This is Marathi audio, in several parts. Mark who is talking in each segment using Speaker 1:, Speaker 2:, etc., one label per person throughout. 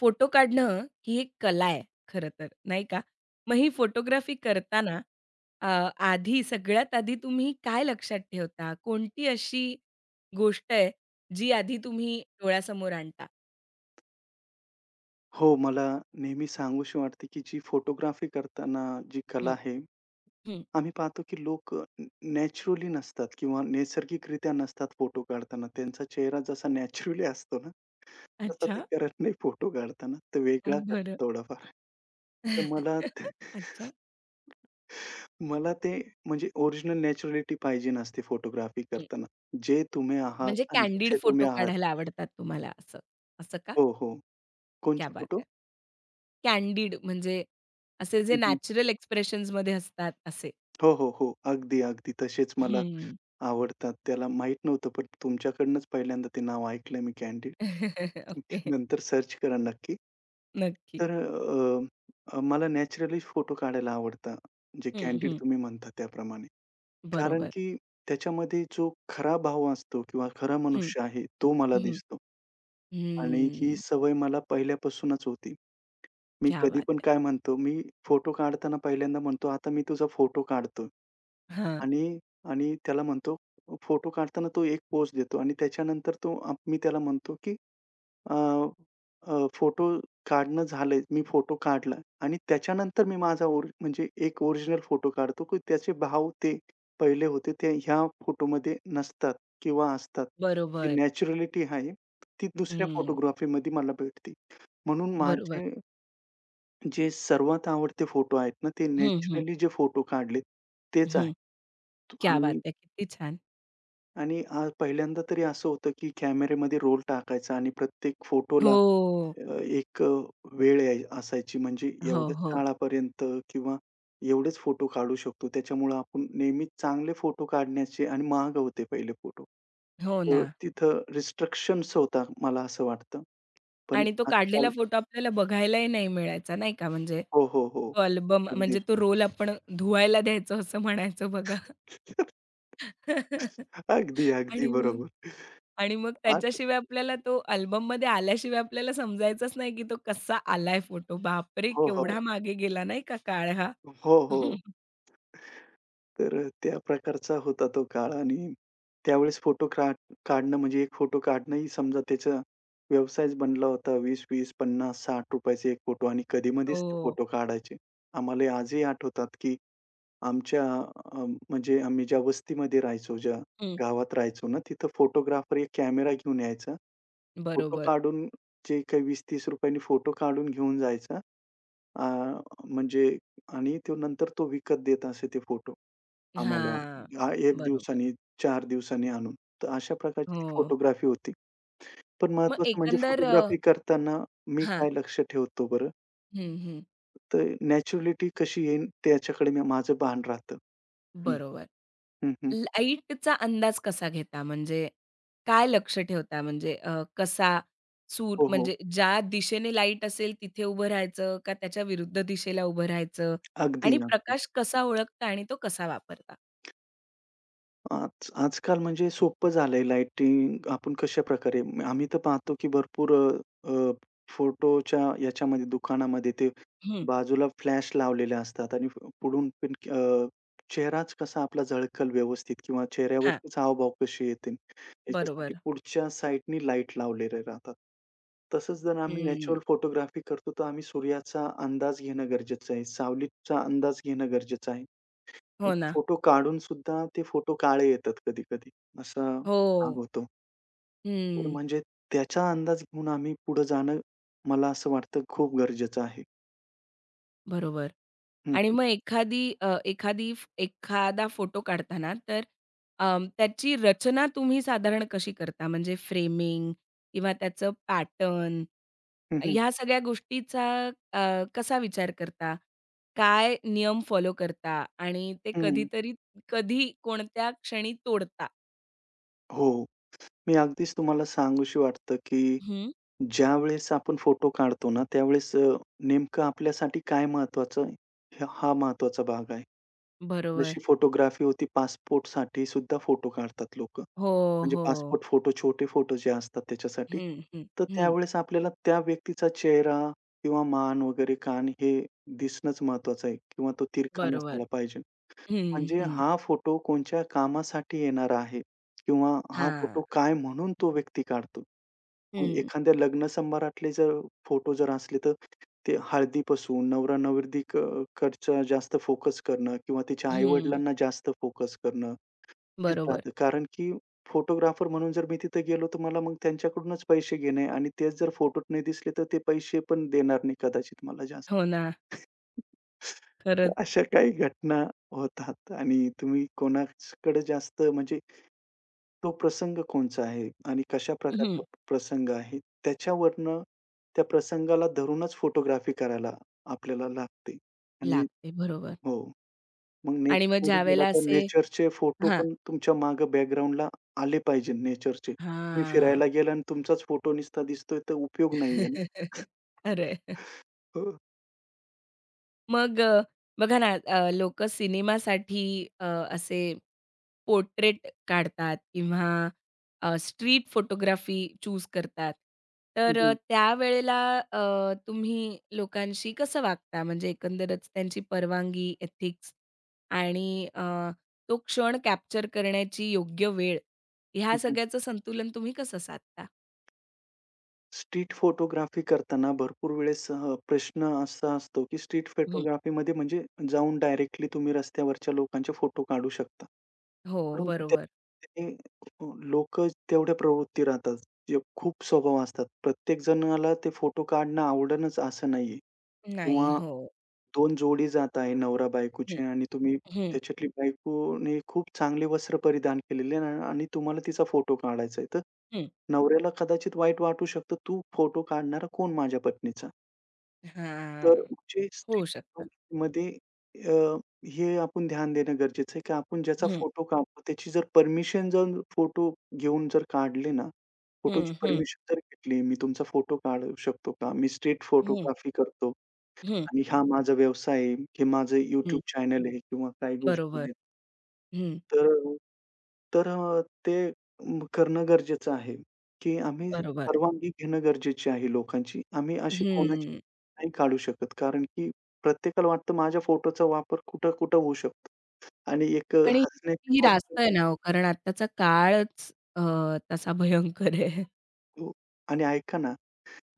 Speaker 1: फोटो काढणं ही एक कला आहे खरं तर, नाही का? मग ही फोटोग्राफी करताना अ, आधी सगळ्यात आधी तुम्ही काय लक्षात ठेवता? कोणती अशी गोष्ट आहे जी आधी तुम्ही डोळ्यासमोर आणता?
Speaker 2: हो, मला नेहमी सांगूशी वाटते, की जी फोटोग्राफी करताना जी कला
Speaker 1: हं,
Speaker 2: आहे,
Speaker 1: हं.
Speaker 2: आम्ही पाहतो की लोक न नॅचरली नसतात किंवा नैसर्गिकरित्या नसतात फोटो काढताना. त्यांचा चेहरा जसा नॅचरली असतो ना, तसा ते
Speaker 1: अच्छा.
Speaker 2: करत नाही फोटो काढताना. तो वेगळा करतो
Speaker 1: बरं.
Speaker 2: थोडाफार. तर मला ते-
Speaker 1: अच्छा.
Speaker 2: मला ते म्हणजे ओरिजिनल नॅचरॅलिटी पाहिजे नसते फोटोग्राफी
Speaker 1: हं.
Speaker 2: करताना. जे तुम्ही आहात
Speaker 1: म्हणजे
Speaker 2: आणि
Speaker 1: कँडिड
Speaker 2: जसे तुम्ही
Speaker 1: फोटो
Speaker 2: आहात.
Speaker 1: काढायला आवडतात तुम्हाला असं, असं का?
Speaker 2: हो, हो.
Speaker 1: क्या
Speaker 2: कोणचे
Speaker 1: बात
Speaker 2: फोटो?
Speaker 1: है! कँडिड म्हणजे असे जे
Speaker 2: हं,
Speaker 1: नॅचरल एक्सप्रेशन्समध्ये असतात असे.
Speaker 2: हो, हो, हो. अगदी, अगदी तसेच मला
Speaker 1: हं.
Speaker 2: आवडतात. त्याला माहीत नव्हतं, पण तुमच्याकडूनच पहिल्यांदा ते नाव ऐकलं मी कँडीड.
Speaker 1: ओके.
Speaker 2: नंतर सर्च करा नक्की.
Speaker 1: नक्की.
Speaker 2: तर अ, अ, मला नॅचरली फोटो काढायला आवडतं. जे
Speaker 1: हं,
Speaker 2: कँडीड
Speaker 1: हं.
Speaker 2: तुम्ही म्हणता त्याप्रमाणे. कारण
Speaker 1: बरोबर.
Speaker 2: की त्याच्यामध्ये जो खरा भाव असतो किंवा खरा
Speaker 1: हं,
Speaker 2: मनुष्य आहे, तो मला
Speaker 1: हं,
Speaker 2: दिसतो. आणि ही
Speaker 1: हं.
Speaker 2: सवय मला पहिल्यापासूनच होती. मी
Speaker 1: क्या
Speaker 2: कधी
Speaker 1: बात
Speaker 2: पण
Speaker 1: है!
Speaker 2: काय म्हणतो, मी फोटो काढताना पहिल्यांदा म्हणतो, "आता मी तुझा फोटो काढतो."
Speaker 1: हां.
Speaker 2: आणि आणि त्याला म्हणतो फोटो काढताना तो एक पोज देतो आणि त्याच्यानंतर तो आप मी त्याला म्हणतो, की अ, अ, फोटो काढणं झालंय. मी फोटो काढला आणि त्याच्यानंतर मी माझा ओरि म्हणजे एक ओरिजिनल फोटो काढतो, की त्याचे भाव ते पहिले होते ते ह्या फोटोमध्ये नसतात किंवा असतात. जी
Speaker 1: बरोबर.
Speaker 2: नॅचरॅलिटी आहे, ती दुसऱ्या
Speaker 1: हं,
Speaker 2: फोटोग्राफीमध्ये मला भेटते. म्हणून
Speaker 1: बरोबर.
Speaker 2: माझे जे सर्वात आवडते फोटो आहेत ना, ते
Speaker 1: हं, हं,
Speaker 2: नॅचरली जे फोटो काढलेत तेच आहे.
Speaker 1: हं. क्या बात
Speaker 2: आणि
Speaker 1: है! किती छान.
Speaker 2: आणि अ, पहिल्यांदा तरी असं होतं, की कॅमेऱ्यामध्ये रोल टाकायचा आणि प्रत्येक फोटोला
Speaker 1: हो,
Speaker 2: एक वेळ असायची म्हणजे
Speaker 1: हो,
Speaker 2: एवढ्याच
Speaker 1: हो.
Speaker 2: काळापर्यंत किंवा एवढेच फोटो काढू शकतो. त्याच्यामुळं आपण नेहमीच चांगले फोटो काढण्याचे आणि महाग होते पहिले फोटो.
Speaker 1: हो ना.
Speaker 2: तर तिथं रिस्ट्रिक्शन्स होता मला असं वाटतं. पण
Speaker 1: आणि तो काढलेला
Speaker 2: आजकाल
Speaker 1: फोटो आपल्याला बघायलाही नाही मिळायचा नाही का? म्हणजे
Speaker 2: हो, हो, हो.
Speaker 1: तो अल्बम
Speaker 2: अगदी.
Speaker 1: म्हणजे तो रोल आपण धुवायला द्यायचो असं म्हणायचो बघा.
Speaker 2: अगदी, अगदी
Speaker 1: आणि मग
Speaker 2: बरोबर.
Speaker 1: आणि मग
Speaker 2: आज
Speaker 1: त्याच्याशिवाय आपल्याला तो अल्बममध्ये आल्याशिवाय आपल्याला समजायचंच नाही, की तो कसा आलाय फोटो. बापरे!
Speaker 2: हो, हो.
Speaker 1: केवढा मागे गेला नाही का काळ हा.
Speaker 2: हो, हो. तर त्या प्रकारचा होता तो काळ आणि त्यावेळेस फोटो काढ काढणं म्हणजे एक फोटो काढणंही समजा त्याचा व्यवसायच बनला होता. 20, 50, 60 चे एक फोटो आणि कधी-मधीच ते
Speaker 1: हो.
Speaker 2: फोटो काढायचे. आम्हाला आजही आठवतात, की आमच्या अ, म्हणजे आम्ही ज्या वस्तीमध्ये राहायचो, ज्या
Speaker 1: हं.
Speaker 2: गावात राहायचो ना, तिथं फोटोग्राफर एक कॅमेरा घेऊन यायचा. फोटो
Speaker 1: बरोबर.
Speaker 2: काढून जे काही ₹20-30 नी फोटो काढून घेऊन जायचा. अ, म्हणजे आणि तो नंतर तो विकत देत असे ते फोटो. आम्हाला
Speaker 1: हां.
Speaker 2: 1
Speaker 1: बरोबर.
Speaker 2: दिवसांनी, 4 दिवसांनी आणून. तर अशा प्रकारची ती
Speaker 1: हो.
Speaker 2: फोटोग्राफी होती. पण
Speaker 1: मग
Speaker 2: महत्त्वाचं म्हणजे
Speaker 1: एकंदर
Speaker 2: फोटोग्राफी करताना मी
Speaker 1: हां.
Speaker 2: काय लक्ष ठेवतो बरं?
Speaker 1: हं, हं.
Speaker 2: तर नॅचरॅलिटी कशी येईल त्याच्याकडे मी माझं भान राहतं. हं,
Speaker 1: बरोबर.
Speaker 2: हं, हं.
Speaker 1: लाईटचा अंदाज कसा घेता? म्हणजे काय लक्ष ठेवता? म्हणजे कसा सूर
Speaker 2: हो, हो.
Speaker 1: म्हणजे ज्या दिशेने लाईट असेल तिथे उभं राहायचं का त्याच्या विरुद्ध दिशेला उभं राहायचं?
Speaker 2: अगदी,
Speaker 1: आणि
Speaker 2: अगदी.
Speaker 1: प्रकाश कसा ओळखता आणि तो कसा वापरता?
Speaker 2: आजकाल म्हणजे सोपं झालंय लाइटिंग आपण कशाप्रकारे आम्ही तर पाहतो, की भरपूर अ, अ, फोटोच्या याच्यामध्ये दुकानामध्ये ते
Speaker 1: हं,
Speaker 2: बाजूला फ्लॅश लावलेले असतात आणि पुढून पण चेहराच कसा आपला झळकल व्यवस्थित किंवा
Speaker 1: हां,
Speaker 2: चेहऱ्यावरतीच हावभाव कसे येतील याच्यासाठी
Speaker 1: बरोबर.
Speaker 2: पुढच्या साइडनी लाईट लावलेले राहतात. तसंच जर आम्ही नॅचरल
Speaker 1: हं,
Speaker 2: फोटोग्राफी करतो, तर आम्ही सूर्याचा अंदाज घेणं गरजेचं आहे. सावलीचा अंदाज घेणं गरजेचं आहे.
Speaker 1: हो ना.
Speaker 2: फोटो काढून सुद्धा ते फोटो काळे येतात कधी-कधी असा
Speaker 1: हो.
Speaker 2: भाग होतो. तर
Speaker 1: हं.
Speaker 2: म्हणजे त्याचा अंदाज घेऊन आम्ही पुढे जाणं मला असं वाटतं खूप गरजेचं आहे.
Speaker 1: बरोबर.
Speaker 2: हं,
Speaker 1: आणि
Speaker 2: हं.
Speaker 1: मग एखादी अ, एखादी फ- एखादा फोटो काढताना तर त्याची रचना तुम्ही साधारण कशी करता? म्हणजे फ्रेमिंग किंवा त्याचं पॅटर्न
Speaker 2: हं, हं.
Speaker 1: ह्या सगळ्या गोष्टीचा कसा विचार करता? काय नियम फॉलो करता? आणि ते
Speaker 2: हं.
Speaker 1: कधीतरी कधी कोणत्या क्षणी तोडता?
Speaker 2: हो. मी अगदीच तुम्हाला सांगूशी वाटतं, की
Speaker 1: हं.
Speaker 2: ज्यावेळेस आपण फोटो काढतो ना, त्यावेळेस नेमकं आपल्यासाठी काय महत्वाचं आहे, हा महत्वाचा भाग आहे.
Speaker 1: बरोबर.
Speaker 2: जशी फोटोग्राफी होती पासपोर्टसाठी सुद्धा फोटो काढतात लोकं.
Speaker 1: हो,
Speaker 2: म्हणजे
Speaker 1: हो.
Speaker 2: पासपोर्ट फोटो, छोटे फोटो जे असतात त्याच्यासाठी.
Speaker 1: हं, हं,
Speaker 2: तर
Speaker 1: हं.
Speaker 2: त्यावेळेस आपल्याला त्या व्यक्तीचा चेहरा किंवा मान वगैरे कान हे दिसणंच महत्वाचं आहे किंवा तो तिरका नसायला
Speaker 1: बरोबर.
Speaker 2: पाहिजे.
Speaker 1: हं,
Speaker 2: म्हणजे
Speaker 1: हं.
Speaker 2: हा फोटो कोणत्या कामासाठी येणार आहे किंवा हा फोटो
Speaker 1: हां.
Speaker 2: काय म्हणून तो व्यक्ती काढतो. मग
Speaker 1: हं,
Speaker 2: एखाद्या लग्न समारंभातले जर फोटो जर असले, तर ते हळदीपासून नवरा-नवरदेव कडचा जास्त फोकस करणं किंवा तिच्या
Speaker 1: हं.
Speaker 2: आई-वडिलांना जास्त फोकस करणं, हेच
Speaker 1: बरोबर.
Speaker 2: राहतं. कारण की फोटोग्राफर म्हणून जर मी तिथे गेलो, तर मला मग त्यांच्याकडूनच पैसे घेणे आणि तेच जर फोटोत नाही दिसले, तर ते पैसे पण देणार नाही कदाचित मला जास्त.
Speaker 1: हो ना, खरंच.
Speaker 2: अशा काही घटना होतात आणि तुम्ही कोणाकडे जास्त म्हणजे तो प्रसंग कोणचा आहे आणि कशा
Speaker 1: हं,
Speaker 2: प्रकारचा प्रसंग आहे त्याच्यावरनं त्या प्रसंगाला धरूनच फोटोग्राफी करायला आपल्याला लागते आणि
Speaker 1: लागते. बरोबर.
Speaker 2: हो. मग
Speaker 1: आणि मग
Speaker 2: नेचरमध्ये गेला
Speaker 1: ज्यावेळेला
Speaker 2: तर
Speaker 1: असे
Speaker 2: नेचरचे फोटो
Speaker 1: हां.
Speaker 2: पण तुमच्या मागं बॅकग्राऊंडला आले पाहिजे नेचरचे. तुम्ही
Speaker 1: हां.
Speaker 2: फिरायला गेला आणि तुमचाच फोटो नुसता दिसतोय तर उपयोग नाहीये ना.
Speaker 1: खरंय.
Speaker 2: हो.
Speaker 1: मग बघा ना, सिनेमासाठी अ, असे पोर्ट्रेट काढतात किंवा स्ट्रीट फोटोग्राफी चूज करतात.
Speaker 2: हं,
Speaker 1: तर
Speaker 2: हं.
Speaker 1: त्यावेळेला तुम्ही लोकांशी कसं वागता? म्हणजे एकंदरच त्यांची परवानगी, एथिक्स आणि तो क्षण कॅप्चर करण्याची योग्य वेळ, ह्या सगळ्याचं संतुलन तुम्ही कसं साधता?
Speaker 2: स्ट्रीट फोटोग्राफी करताना भरपूर वेळेस प्रश्न असा असतो, की स्ट्रीट
Speaker 1: हं.
Speaker 2: फोटोग्राफीमध्ये म्हणजे जाऊन डायरेक्टली तुम्ही रस्त्यावरच्या लोकांचे फोटो काढू शकता.
Speaker 1: हो,
Speaker 2: परंतु त्या
Speaker 1: बरोबर.
Speaker 2: ते लोकं तेवढ्या प्रवृत्ती राहतात. जे खूप स्वभाव असतात. प्रत्येक जणाला ते फोटो काढणं आवडेलच असं नाहीये
Speaker 1: नाही.
Speaker 2: किंवा
Speaker 1: हो.
Speaker 2: दोन जोडी जात आहे
Speaker 1: हं,
Speaker 2: नवरा-बायकोची आणि तुम्ही
Speaker 1: हं,
Speaker 2: त्याच्यातली बायकोने खूप चांगले वस्त्र परिधान केलेले आहे आणि तुम्हाला तिचा फोटो काढायचा आहे. तर
Speaker 1: हं.
Speaker 2: नवऱ्याला कदाचित वाईट वाटू शकतं, "तू फोटो काढणारा कोण माझ्या पत्नीचा?" तर
Speaker 1: हां.
Speaker 2: म्हणजे स्ट्रीट
Speaker 1: होऊ शकतं.
Speaker 2: फोटोमध्ये अ, हे आपण ध्यान देणं गरजेचं आहे, की आपण ज्याचा
Speaker 1: हं,
Speaker 2: फोटो काढतो त्याची जर परमिशन जर फोटो घेऊन जर काढले ना,
Speaker 1: हं,
Speaker 2: फोटोची
Speaker 1: हं,
Speaker 2: परमिशन जर घेतली, मी तुमचा फोटो काढू शकतो का? मी स्ट्रीट
Speaker 1: हं,
Speaker 2: फोटोग्राफी करतो
Speaker 1: हं,
Speaker 2: आणि हा माझा व्यवसाय आहे, हे माझं YouTube
Speaker 1: हं.
Speaker 2: चॅनल आहे किंवा काही गोष्टी
Speaker 1: बरोबर.
Speaker 2: आहेत.
Speaker 1: हं.
Speaker 2: तर तर अ, ते करणं गरजेचं आहे, की आम्ही
Speaker 1: बरोबर.
Speaker 2: परवानगी घेणं गरजेची आहे लोकांची. आम्ही अशी कोणाची
Speaker 1: हं.
Speaker 2: नाही काढू शकत. कारण की प्रत्येकाला वाटतं माझ्या फोटोचा वापर कुठं-कुठं होऊ शकतो आणि एक
Speaker 1: आणि ही
Speaker 2: हसण्याची
Speaker 1: ही
Speaker 2: गोष्ट
Speaker 1: रास्त आहे ना हो, कारण आत्ताचा काळच तसा भयंकर आहे.
Speaker 2: हो आणि ऐका ना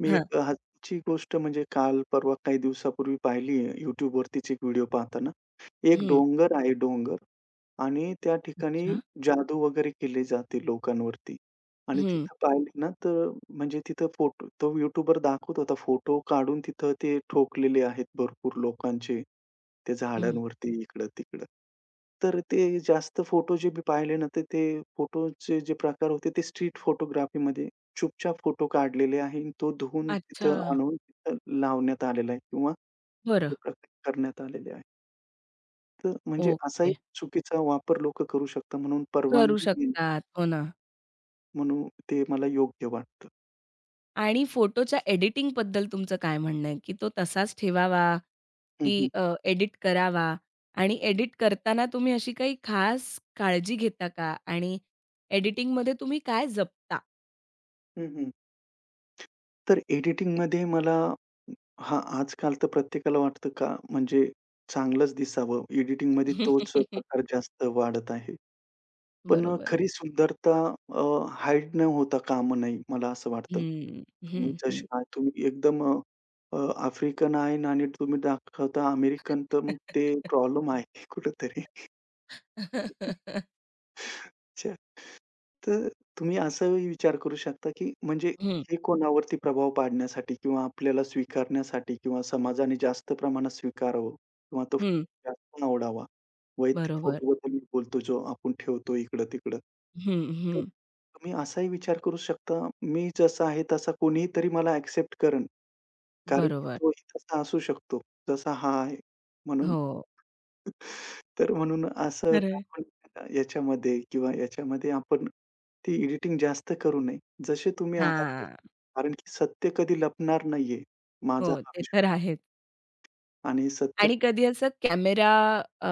Speaker 2: मी
Speaker 1: हां.
Speaker 2: एक आजची गोष्ट म्हणजे काल परवा काही दिवसापूर्वी पाहिली आहे YouTubeवरतीच एक व्हिडिओ पाहताना. एक
Speaker 1: हं.
Speaker 2: डोंगर आहे आणि त्या ठिकाणी
Speaker 1: अच्छा.
Speaker 2: जादू वगैरे केली जाते लोकांवरती आणि
Speaker 1: हं,
Speaker 2: तिथं पाहिली ना तर म्हणजे तिथं फोटो तो YouTubeवर दाखवत होता फोटो काढून तिथं ते ठोकलेले आहेत भरपूर लोकांचे. त्या
Speaker 1: हं.
Speaker 2: झाडांवरती इकडं-तिकडं. तर ते जास्त फोटो जे मी पाहिले ना तर ते फोटोचे जे प्रकार होते ते स्ट्रीट फोटोग्राफीमध्ये चुपचाप फोटो काढलेले आहे आणि तो धुवून
Speaker 1: अच्छा.
Speaker 2: तिथं आणून तिथं लावण्यात आलेला आहे किंवा
Speaker 1: बरं.
Speaker 2: ते प्रकट करण्यात आलेले आहे. तर म्हणजे असाही
Speaker 1: ओके.
Speaker 2: चुकीचा वापर लोकं करू शकतात म्हणून
Speaker 1: करू
Speaker 2: परवानगी घेणं
Speaker 1: शकतात. हो ना.
Speaker 2: म्हणून ते मला योग्य वाटतं.
Speaker 1: आणि फोटोच्या एडिटिंगबद्दल तुमचं काय म्हणणं आहे, की तो तसाच ठेवावा,
Speaker 2: हं,
Speaker 1: की
Speaker 2: हं.
Speaker 1: एडिट करावा? आणि एडिट करताना तुम्ही अशी काही खास काळजी घेता का? आणि एडिटिंगमध्ये तुम्ही काय जपता?
Speaker 2: हं, हं. तर एडिटिंगमध्ये मला हां, आजकाल तर प्रत्येकाला वाटतं का म्हणजे चांगलंच दिसावं. एडिटिंगमध्ये तोच प्रकार जास्त वाढत आहे. पण
Speaker 1: बरोबर.
Speaker 2: खरी सुंदरता अ, हाईड न होता कामं नाही, मला असं वाटतं.
Speaker 1: हं,
Speaker 2: तुम्ही
Speaker 1: हं, हं.
Speaker 2: जसे आहात, तुम्ही एकदम अ, अ, आफ्रिकन आहे आणि तुम्ही दाखवता अमेरिकन, तर मग ते प्रॉब्लेम आहे कुठेतरी. अच्छा. तर तुम्ही असाही विचार करू शकता, की म्हणजे
Speaker 1: हं,
Speaker 2: हे कोणावरती प्रभाव पाडण्यासाठी किंवा आपल्याला स्वीकारण्यासाठी किंवा समाजाने जास्त प्रमाणात स्वीकारावं किंवा तो
Speaker 1: हं.
Speaker 2: फोटो जास्त आवडावा. वैयक्तिक
Speaker 1: बरोबर.
Speaker 2: फोटोबद्दल मी बोलतो जो आपण ठेवतो इकडं-तिकडं.
Speaker 1: हं,
Speaker 2: तर
Speaker 1: हं.
Speaker 2: तुम्ही असाही विचार करू शकता, मी जसा आहे तसा कोणीतरी मला ॲक्सेप्ट करेन. कारण की
Speaker 1: बरोबर.
Speaker 2: तोही तसा असू शकतो, जसा हा आहे. म्हणून
Speaker 1: हो.
Speaker 2: म्हणून असं
Speaker 1: खरं आहे.
Speaker 2: आपण याच्यामध्ये किंवा याच्यामध्ये आपण ती एडिटिंग जास्त करू नये. जसे तुम्ही आहात तसे. कारण की सत्य कधी लपणार नाहीये. माझा
Speaker 1: हो,
Speaker 2: हा
Speaker 1: ते तर
Speaker 2: विश्वास
Speaker 1: आहेच.
Speaker 2: आणि सत्य
Speaker 1: आणि कधी असं कॅमेरा अ,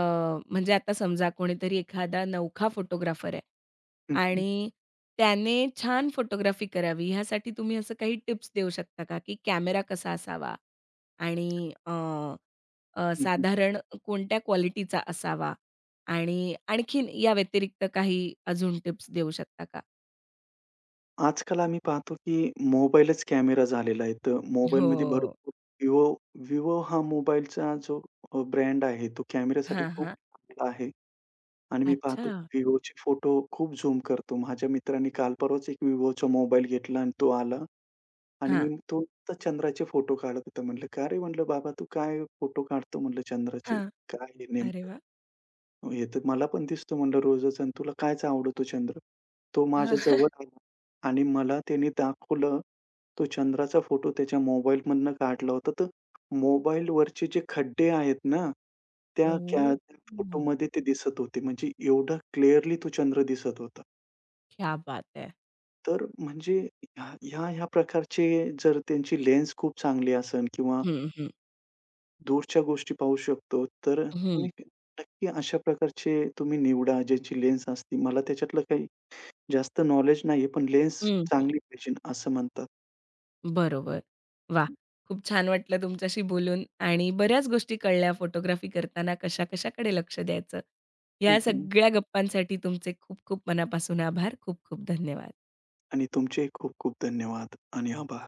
Speaker 1: म्हणजे आता समजा कोणीतरी एखादा नवखा फोटोग्राफर आहे
Speaker 2: हं, हं,
Speaker 1: आणि त्याने छान फोटोग्राफी करावी ह्यासाठी तुम्ही असं काही टिप्स देऊ शकता का, की कॅमेरा कसा असावा? आणि
Speaker 2: हं, हं.
Speaker 1: साधारण कोणत्या क्वालिटीचा असावा? आणि आणखीन या व्यतिरिक्त काही अजून टिप्स देऊ शकता का?
Speaker 2: आजकाल आम्ही पाहतो की मोबाईलच कॅमेरा झालेला आहे. तर
Speaker 1: हो.
Speaker 2: मोबाईलमध्ये भरपूर Vivo Vivo हा मोबाईलचा जो ब्रँड आहे तो कॅमेऱ्यासाठी
Speaker 1: हां,
Speaker 2: खूप
Speaker 1: हां.
Speaker 2: चांगला आहे. आणि मी पाहतो
Speaker 1: अच्छा.
Speaker 2: Vivoचे फोटो खूप झूम करतो. माझ्या मित्राने काल परवाच एक Vivoचा मोबाईल घेतला आणि तो आला. आणि
Speaker 1: हां.
Speaker 2: मी तो तर चंद्राचे फोटो काढत होता. म्हटलं, "का रे?" म्हटलं, "बाबा तू काय फोटो काढतो?" म्हटलं, "चंद्राचे.
Speaker 1: हां.
Speaker 2: काय हे
Speaker 1: अरे
Speaker 2: नेमकं?
Speaker 1: वाह!
Speaker 2: हे तर मला पण दिसतो म्हणलं रोजच आणि तुला कायच आवडतो चंद्र?" तो माझ्या
Speaker 1: हां.
Speaker 2: जवळ आला आणि मला त्याने दाखवलं तो चंद्राचा फोटो त्याच्या मोबाईलमधनं काढला होता. तर मोबाईलवरचे जे खड्डे आहेत ना, त्या त्या
Speaker 1: ओह!
Speaker 2: फोटोमध्ये ते दिसत होते. म्हणजे एवढा क्लिअरली तो चंद्र दिसत होता.
Speaker 1: क्या बात है!
Speaker 2: तर म्हणजे ह्या प्रकारचे जर त्यांची लेन्स खूप चांगली असेल किंवा
Speaker 1: हं, हं.
Speaker 2: दूरच्या गोष्टी पाहू शकतो, तर तुम्ही
Speaker 1: हं.
Speaker 2: नक्की अशा प्रकारचे तुम्ही निवडा ज्याची लेन्स असते. मला त्याच्यातलं काही जास्त नॉलेज नाहीये, पण लेन्स
Speaker 1: हं, हं.
Speaker 2: चांगली पाहिजे असं म्हणतात.
Speaker 1: बरोबर. वाह! खूप छान वाटलं तुमच्याशी बोलून आणि बऱ्याच गोष्टी कळल्या फोटोग्राफी करताना कशा-कशाकडे लक्ष द्यायचं.
Speaker 2: हं,
Speaker 1: या
Speaker 2: हं.
Speaker 1: सगळ्या गप्पांसाठी तुमचे खूप खूप मनापासून आभार. खूप खूप धन्यवाद.
Speaker 2: आणि तुमचे खूप खूप धन्यवाद आणि आभार.